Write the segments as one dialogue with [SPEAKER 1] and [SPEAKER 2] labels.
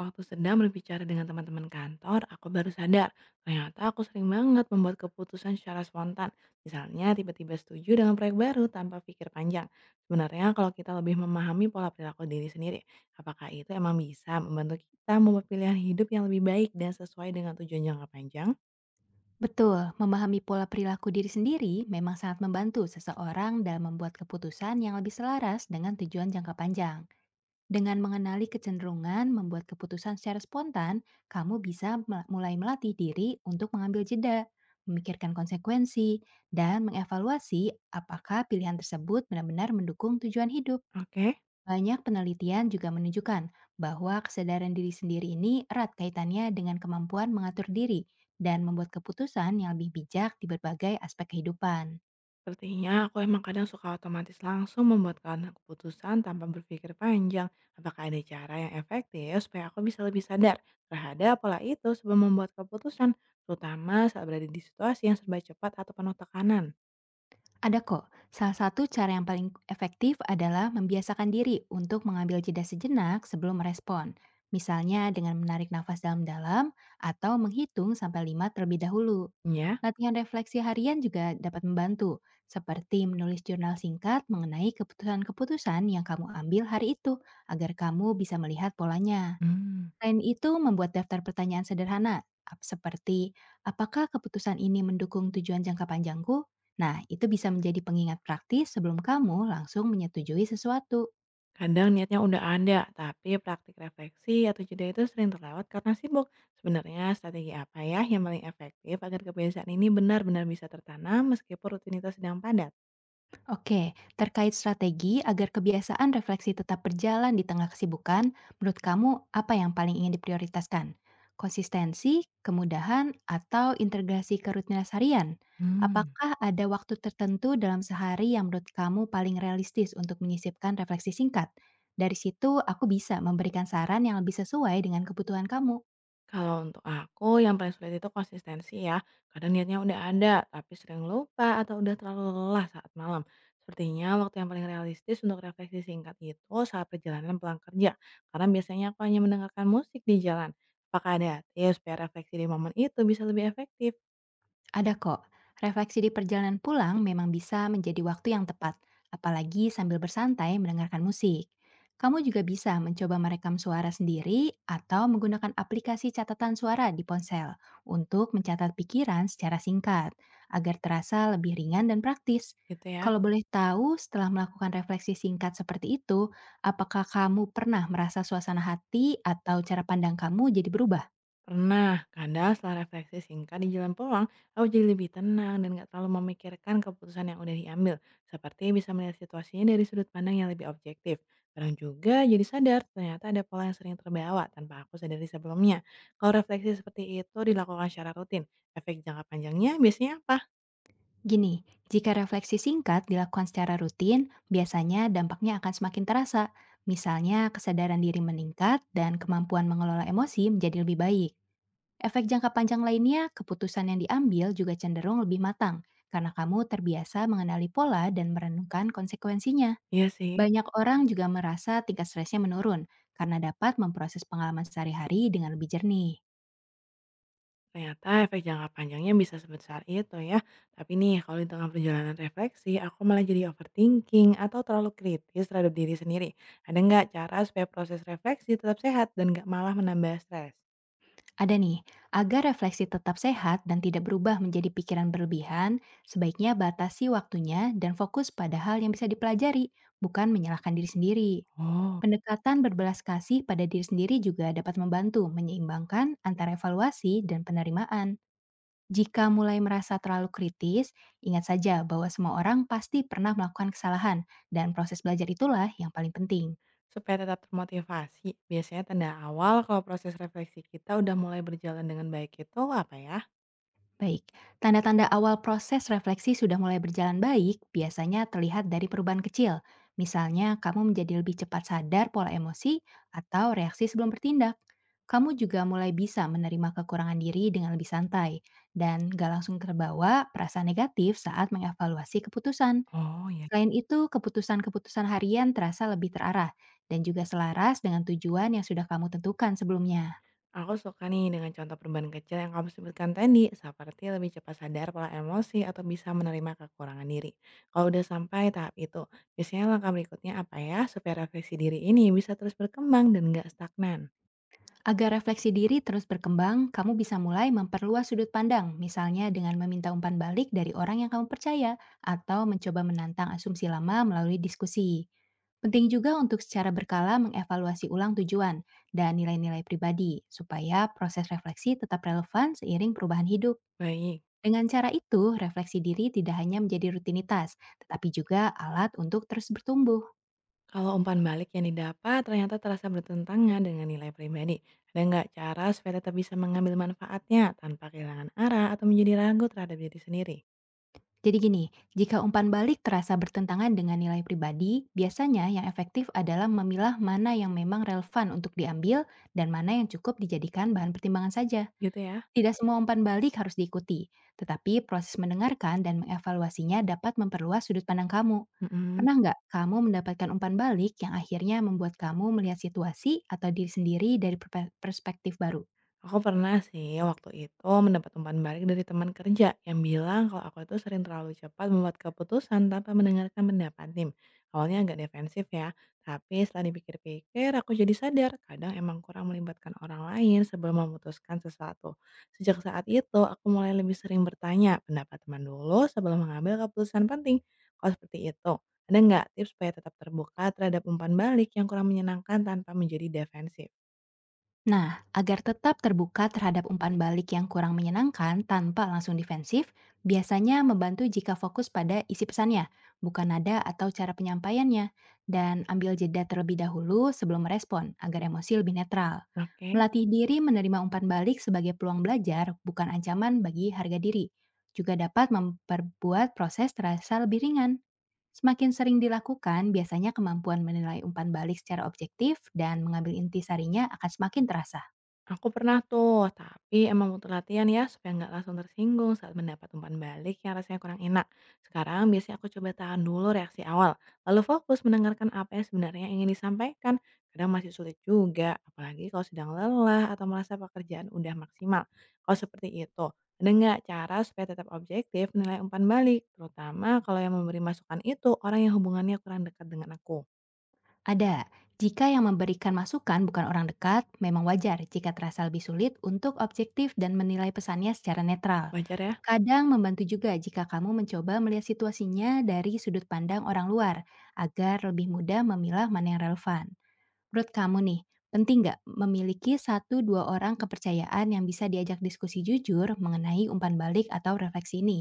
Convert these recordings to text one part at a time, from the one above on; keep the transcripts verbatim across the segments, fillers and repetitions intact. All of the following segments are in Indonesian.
[SPEAKER 1] Waktu sedang berbicara dengan teman-teman kantor, aku baru sadar ternyata aku sering banget membuat keputusan secara spontan. Misalnya tiba-tiba setuju dengan proyek baru tanpa pikir panjang. Sebenarnya kalau kita lebih memahami pola perilaku diri sendiri, apakah itu emang bisa membantu kita membuat pilihan hidup yang lebih baik dan sesuai dengan tujuan jangka panjang?
[SPEAKER 2] Betul, memahami pola perilaku diri sendiri memang sangat membantu seseorang dalam membuat keputusan yang lebih selaras dengan tujuan jangka panjang. Dengan mengenali kecenderungan membuat keputusan secara spontan, kamu bisa mel- mulai melatih diri untuk mengambil jeda, memikirkan konsekuensi, dan mengevaluasi apakah pilihan tersebut benar-benar mendukung tujuan hidup.
[SPEAKER 1] Oke.
[SPEAKER 2] Banyak penelitian juga menunjukkan bahwa kesadaran diri sendiri ini erat kaitannya dengan kemampuan mengatur diri dan membuat keputusan yang lebih bijak di berbagai aspek kehidupan.
[SPEAKER 1] Sepertinya aku emang kadang suka otomatis langsung membuat karena keputusan tanpa berpikir panjang. Apakah ada cara yang efektif supaya aku bisa lebih sadar terhadap pola itu sebelum membuat keputusan, terutama saat berada di situasi yang serba cepat atau penuh tekanan?
[SPEAKER 2] Ada kok. Salah satu cara yang paling efektif adalah membiasakan diri untuk mengambil jeda sejenak sebelum merespon. Misalnya dengan menarik nafas dalam-dalam atau menghitung sampai lima terlebih dahulu.
[SPEAKER 1] Ya,
[SPEAKER 2] Latihan refleksi harian juga dapat membantu, seperti menulis jurnal singkat mengenai keputusan-keputusan yang kamu ambil hari itu agar kamu bisa melihat polanya.
[SPEAKER 1] hmm.
[SPEAKER 2] Selain itu, membuat daftar pertanyaan sederhana, ap- seperti apakah keputusan ini mendukung tujuan jangka panjangku? Nah, itu bisa menjadi pengingat praktis sebelum kamu langsung menyetujui sesuatu.
[SPEAKER 1] Kadang niatnya udah ada, tapi praktik refleksi atau jeda itu sering terlewat karena sibuk. Sebenarnya strategi apa ya yang paling efektif agar kebiasaan ini benar-benar bisa tertanam meskipun rutinitas sedang padat?
[SPEAKER 2] Oke, terkait strategi agar kebiasaan refleksi tetap berjalan di tengah kesibukan, menurut kamu apa yang paling ingin diprioritaskan? Konsistensi, kemudahan, atau integrasi ke rutinitas harian?
[SPEAKER 1] Hmm.
[SPEAKER 2] Apakah ada waktu tertentu dalam sehari yang menurut kamu paling realistis untuk menyisipkan refleksi singkat? Dari situ, aku bisa memberikan saran yang lebih sesuai dengan kebutuhan kamu.
[SPEAKER 1] Kalau untuk aku yang paling sulit itu konsistensi ya. Kadang niatnya udah ada, tapi sering lupa atau udah terlalu lelah saat malam. Sepertinya waktu yang paling realistis untuk refleksi singkat itu saat perjalanan pulang kerja. Karena biasanya aku hanya mendengarkan musik di jalan. Apakah ada tips supaya refleksi di momen itu bisa lebih efektif?
[SPEAKER 2] Ada kok, refleksi di perjalanan pulang memang bisa menjadi waktu yang tepat, apalagi sambil bersantai mendengarkan musik. Kamu juga bisa mencoba merekam suara sendiri atau menggunakan aplikasi catatan suara di ponsel untuk mencatat pikiran secara singkat, agar terasa lebih ringan dan praktis.
[SPEAKER 1] Gitu ya.
[SPEAKER 2] Kalau boleh tahu, setelah melakukan refleksi singkat seperti itu, apakah kamu pernah merasa suasana hati atau cara pandang kamu jadi berubah?
[SPEAKER 1] Pernah, kadang setelah refleksi singkat di jalan pulang, aku jadi lebih tenang dan gak terlalu memikirkan keputusan yang udah diambil, seperti bisa melihat situasinya dari sudut pandang yang lebih objektif. Kadang juga jadi sadar, ternyata ada pola yang sering terbawa tanpa aku sadari sebelumnya. Kalau refleksi seperti itu dilakukan secara rutin, efek jangka panjangnya biasanya apa?
[SPEAKER 2] Gini, jika refleksi singkat dilakukan secara rutin, biasanya dampaknya akan semakin terasa. Misalnya, kesadaran diri meningkat dan kemampuan mengelola emosi menjadi lebih baik. Efek jangka panjang lainnya, keputusan yang diambil juga cenderung lebih matang karena kamu terbiasa mengenali pola dan merenungkan konsekuensinya.
[SPEAKER 1] Iya sih.
[SPEAKER 2] Banyak orang juga merasa tingkat stresnya menurun karena dapat memproses pengalaman sehari-hari dengan lebih jernih.
[SPEAKER 1] Ternyata efek jangka panjangnya bisa sebesar itu ya. Tapi nih, kalau di tengah perjalanan refleksi, aku malah jadi overthinking atau terlalu kritis terhadap diri sendiri. Ada nggak cara supaya proses refleksi tetap sehat dan nggak malah menambah stres?
[SPEAKER 2] Ada nih, agar refleksi tetap sehat dan tidak berubah menjadi pikiran berlebihan, sebaiknya batasi waktunya dan fokus pada hal yang bisa dipelajari, bukan menyalahkan diri sendiri.
[SPEAKER 1] Oh,
[SPEAKER 2] Pendekatan berbelas kasih pada diri sendiri juga dapat membantu menyeimbangkan antara evaluasi dan penerimaan. Jika mulai merasa terlalu kritis, ingat saja bahwa semua orang pasti pernah melakukan kesalahan, dan proses belajar itulah yang paling penting.
[SPEAKER 1] supaya tetap termotivasi. Biasanya tanda awal kalau proses refleksi kita udah mulai berjalan dengan baik itu apa ya?
[SPEAKER 2] Baik, tanda-tanda awal proses refleksi sudah mulai berjalan baik biasanya terlihat dari perubahan kecil. Misalnya, kamu menjadi lebih cepat sadar pola emosi atau reaksi sebelum bertindak. Kamu juga mulai bisa menerima kekurangan diri dengan lebih santai dan gak langsung terbawa perasaan negatif saat mengevaluasi keputusan.
[SPEAKER 1] Oh ya,
[SPEAKER 2] Selain itu, keputusan-keputusan harian terasa lebih terarah dan juga selaras dengan tujuan yang sudah kamu tentukan sebelumnya.
[SPEAKER 1] aku suka nih dengan contoh perubahan kecil yang kamu sebutkan tadi, seperti lebih cepat sadar pola emosi atau bisa menerima kekurangan diri. Kalau udah sampai tahap itu, biasanya langkah berikutnya apa ya supaya refleksi diri ini bisa terus berkembang dan nggak stagnan?
[SPEAKER 2] Agar refleksi diri terus berkembang, kamu bisa mulai memperluas sudut pandang, misalnya dengan meminta umpan balik dari orang yang kamu percaya, atau mencoba menantang asumsi lama melalui diskusi. Penting juga untuk secara berkala mengevaluasi ulang tujuan dan nilai-nilai pribadi, supaya proses refleksi tetap relevan seiring perubahan hidup.
[SPEAKER 1] Baik,
[SPEAKER 2] Dengan cara itu, refleksi diri tidak hanya menjadi rutinitas, tetapi juga alat untuk terus bertumbuh.
[SPEAKER 1] kalau umpan balik yang didapat ternyata terasa bertentangan dengan nilai pribadi, ada nggak cara supaya tetap bisa mengambil manfaatnya tanpa kehilangan arah atau menjadi ragu terhadap diri sendiri?
[SPEAKER 2] Jadi gini, jika umpan balik terasa bertentangan dengan nilai pribadi, biasanya yang efektif adalah memilah mana yang memang relevan untuk diambil dan mana yang cukup dijadikan bahan pertimbangan saja.
[SPEAKER 1] Gitu ya.
[SPEAKER 2] Tidak semua umpan balik harus diikuti, tetapi proses mendengarkan dan mengevaluasinya dapat memperluas sudut pandang kamu.
[SPEAKER 1] Mm-mm.
[SPEAKER 2] Pernah nggak kamu mendapatkan umpan balik yang akhirnya membuat kamu melihat situasi atau diri sendiri dari perpe- perspektif baru?
[SPEAKER 1] Aku pernah sih waktu itu mendapat umpan balik dari teman kerja yang bilang kalau aku itu sering terlalu cepat membuat keputusan tanpa mendengarkan pendapat tim. Awalnya agak defensif ya, tapi setelah dipikir-pikir aku jadi sadar kadang emang kurang melibatkan orang lain sebelum memutuskan sesuatu. Sejak saat itu aku mulai lebih sering bertanya pendapat teman dulu sebelum mengambil keputusan penting. Kalau seperti itu, ada nggak tips supaya tetap terbuka terhadap umpan balik yang kurang menyenangkan tanpa menjadi defensif?
[SPEAKER 2] Nah, agar tetap terbuka terhadap umpan balik yang kurang menyenangkan tanpa langsung defensif, biasanya membantu jika fokus pada isi pesannya, bukan nada atau cara penyampaiannya, dan ambil jeda terlebih dahulu sebelum merespon agar emosi lebih netral.
[SPEAKER 1] Oke.
[SPEAKER 2] Melatih diri menerima umpan balik sebagai peluang belajar, bukan ancaman bagi harga diri. Juga dapat memperbuat proses terasa lebih ringan. Semakin sering dilakukan, biasanya kemampuan menilai umpan balik secara objektif dan mengambil inti sarinya akan semakin terasa.
[SPEAKER 1] Aku pernah tuh, tapi emang butuh latihan ya supaya nggak langsung tersinggung saat mendapat umpan balik yang rasanya kurang enak. Sekarang biasanya aku coba tahan dulu reaksi awal, lalu fokus mendengarkan apa yang sebenarnya ingin disampaikan. Kadang masih sulit juga, apalagi kalau sedang lelah atau merasa pekerjaan udah maksimal. Kalau seperti itu, ada nggak cara supaya tetap objektif menilai umpan balik, terutama kalau yang memberi masukan itu orang yang hubungannya kurang dekat dengan aku?
[SPEAKER 2] Ada. Jika yang memberikan masukan bukan orang dekat, memang wajar jika terasa lebih sulit untuk objektif dan menilai pesannya secara netral.
[SPEAKER 1] Wajar ya?
[SPEAKER 2] Kadang membantu juga jika kamu mencoba melihat situasinya dari sudut pandang orang luar, agar lebih mudah memilah mana yang relevan. Menurut kamu nih, penting nggak memiliki satu dua orang kepercayaan yang bisa diajak diskusi jujur mengenai umpan balik atau refleksi ini?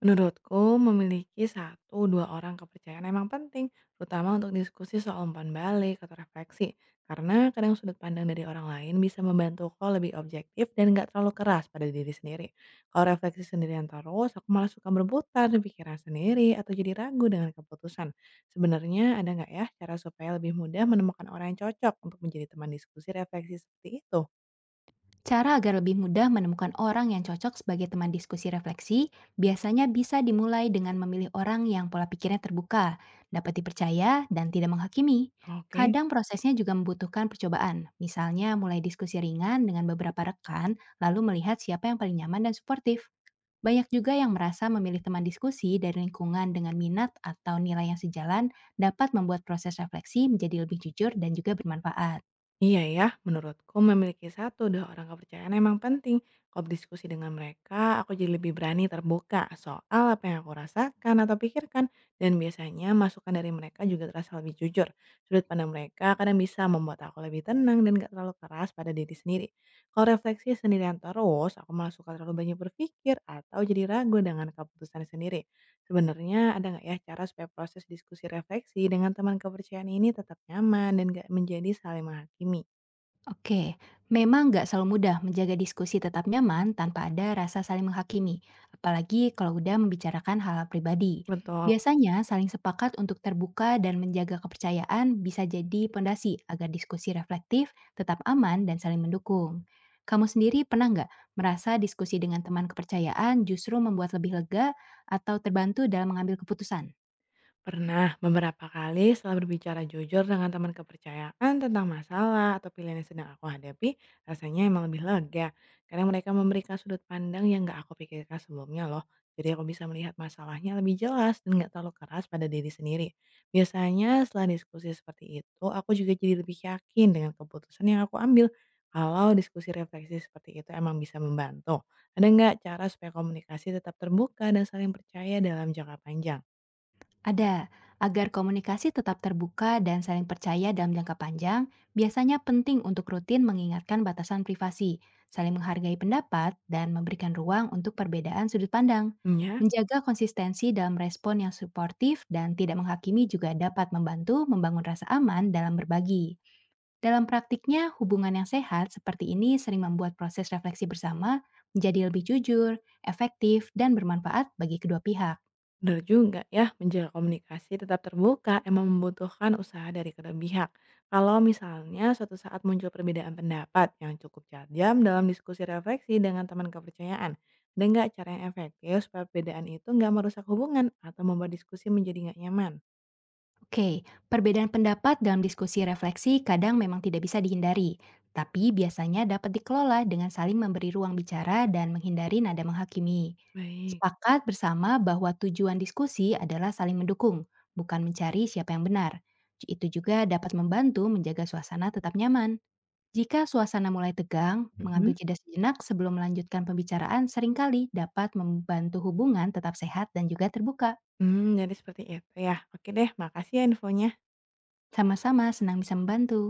[SPEAKER 1] Menurutku, memiliki satu dua orang kepercayaan emang penting, terutama untuk diskusi soal umpan balik atau refleksi. Karena kadang sudut pandang dari orang lain bisa membantu kau lebih objektif dan nggak terlalu keras pada diri sendiri. Kalau refleksi sendirian terus, aku malah suka berputar di pikiran sendiri atau jadi ragu dengan keputusan. Sebenarnya ada nggak ya cara supaya lebih mudah menemukan orang yang cocok untuk menjadi teman diskusi refleksi seperti itu?
[SPEAKER 2] Cara agar lebih mudah menemukan orang yang cocok sebagai teman diskusi refleksi biasanya bisa dimulai dengan memilih orang yang pola pikirnya terbuka, dapat dipercaya, dan tidak menghakimi.
[SPEAKER 1] Oke.
[SPEAKER 2] Kadang prosesnya juga membutuhkan percobaan, misalnya mulai diskusi ringan dengan beberapa rekan, lalu melihat siapa yang paling nyaman dan suportif. Banyak juga yang merasa memilih teman diskusi dari lingkungan dengan minat atau nilai yang sejalan dapat membuat proses refleksi menjadi lebih jujur dan juga bermanfaat.
[SPEAKER 1] Iya ya, menurutku memiliki satu dua orang kepercayaan emang penting. Kalau berdiskusi dengan mereka, aku jadi lebih berani terbuka soal apa yang aku rasakan atau pikirkan. Dan biasanya masukan dari mereka juga terasa lebih jujur. Sudut pandang mereka kadang bisa membuat aku lebih tenang dan gak terlalu keras pada diri sendiri. Kalau refleksi sendirian terus, aku malah suka terlalu banyak berpikir atau jadi ragu dengan keputusan sendiri. Sebenarnya ada nggak ya cara supaya proses diskusi refleksi dengan teman kepercayaan ini tetap nyaman dan nggak menjadi saling menghakimi?
[SPEAKER 2] Oke, memang nggak selalu mudah menjaga diskusi tetap nyaman tanpa ada rasa saling menghakimi, apalagi kalau udah membicarakan hal pribadi.
[SPEAKER 1] Betul.
[SPEAKER 2] Biasanya saling sepakat untuk terbuka dan menjaga kepercayaan bisa jadi pondasi agar diskusi reflektif, tetap aman, dan saling mendukung. Kamu sendiri pernah nggak merasa diskusi dengan teman kepercayaan justru membuat lebih lega atau terbantu dalam mengambil keputusan?
[SPEAKER 1] Pernah beberapa kali setelah berbicara jujur dengan teman kepercayaan tentang masalah atau pilihan yang sedang aku hadapi, rasanya emang lebih lega. Karena mereka memberikan sudut pandang yang gak aku pikirkan sebelumnya loh. Jadi aku bisa melihat masalahnya lebih jelas dan gak terlalu keras pada diri sendiri. Biasanya setelah diskusi seperti itu, aku juga jadi lebih yakin dengan keputusan yang aku ambil. Kalau diskusi refleksi seperti itu emang bisa membantu. Ada nggak cara supaya komunikasi tetap terbuka dan saling percaya dalam jangka panjang?
[SPEAKER 2] Ada, agar komunikasi tetap terbuka dan saling percaya dalam jangka panjang, biasanya penting untuk rutin mengingatkan batasan privasi, saling menghargai pendapat, dan memberikan ruang untuk perbedaan sudut pandang.
[SPEAKER 1] Hmm, ya,
[SPEAKER 2] Menjaga konsistensi dalam respon yang suportif dan tidak menghakimi juga dapat membantu membangun rasa aman dalam berbagi. Dalam praktiknya, hubungan yang sehat seperti ini sering membuat proses refleksi bersama menjadi lebih jujur, efektif, dan bermanfaat bagi kedua pihak.
[SPEAKER 1] benar juga ya, menjaga komunikasi tetap terbuka emang membutuhkan usaha dari kedua pihak. Kalau misalnya suatu saat muncul perbedaan pendapat yang cukup tajam dalam diskusi refleksi dengan teman kepercayaan, ada nggak cara yang efektif supaya perbedaan itu nggak merusak hubungan atau membuat diskusi menjadi nggak nyaman?
[SPEAKER 2] Oke, perbedaan pendapat dalam diskusi refleksi kadang memang tidak bisa dihindari, tapi biasanya dapat dikelola dengan saling memberi ruang bicara dan menghindari nada menghakimi.
[SPEAKER 1] Baik.
[SPEAKER 2] Sepakat bersama bahwa tujuan diskusi adalah saling mendukung, bukan mencari siapa yang benar. Itu juga dapat membantu menjaga suasana tetap nyaman. Jika suasana mulai tegang, mengambil
[SPEAKER 1] Mhm.
[SPEAKER 2] jeda sejenak sebelum melanjutkan pembicaraan seringkali dapat membantu hubungan tetap sehat dan juga terbuka.
[SPEAKER 1] Hmm, jadi seperti itu ya. Oke deh, makasih ya infonya.
[SPEAKER 2] Sama-sama senang bisa membantu.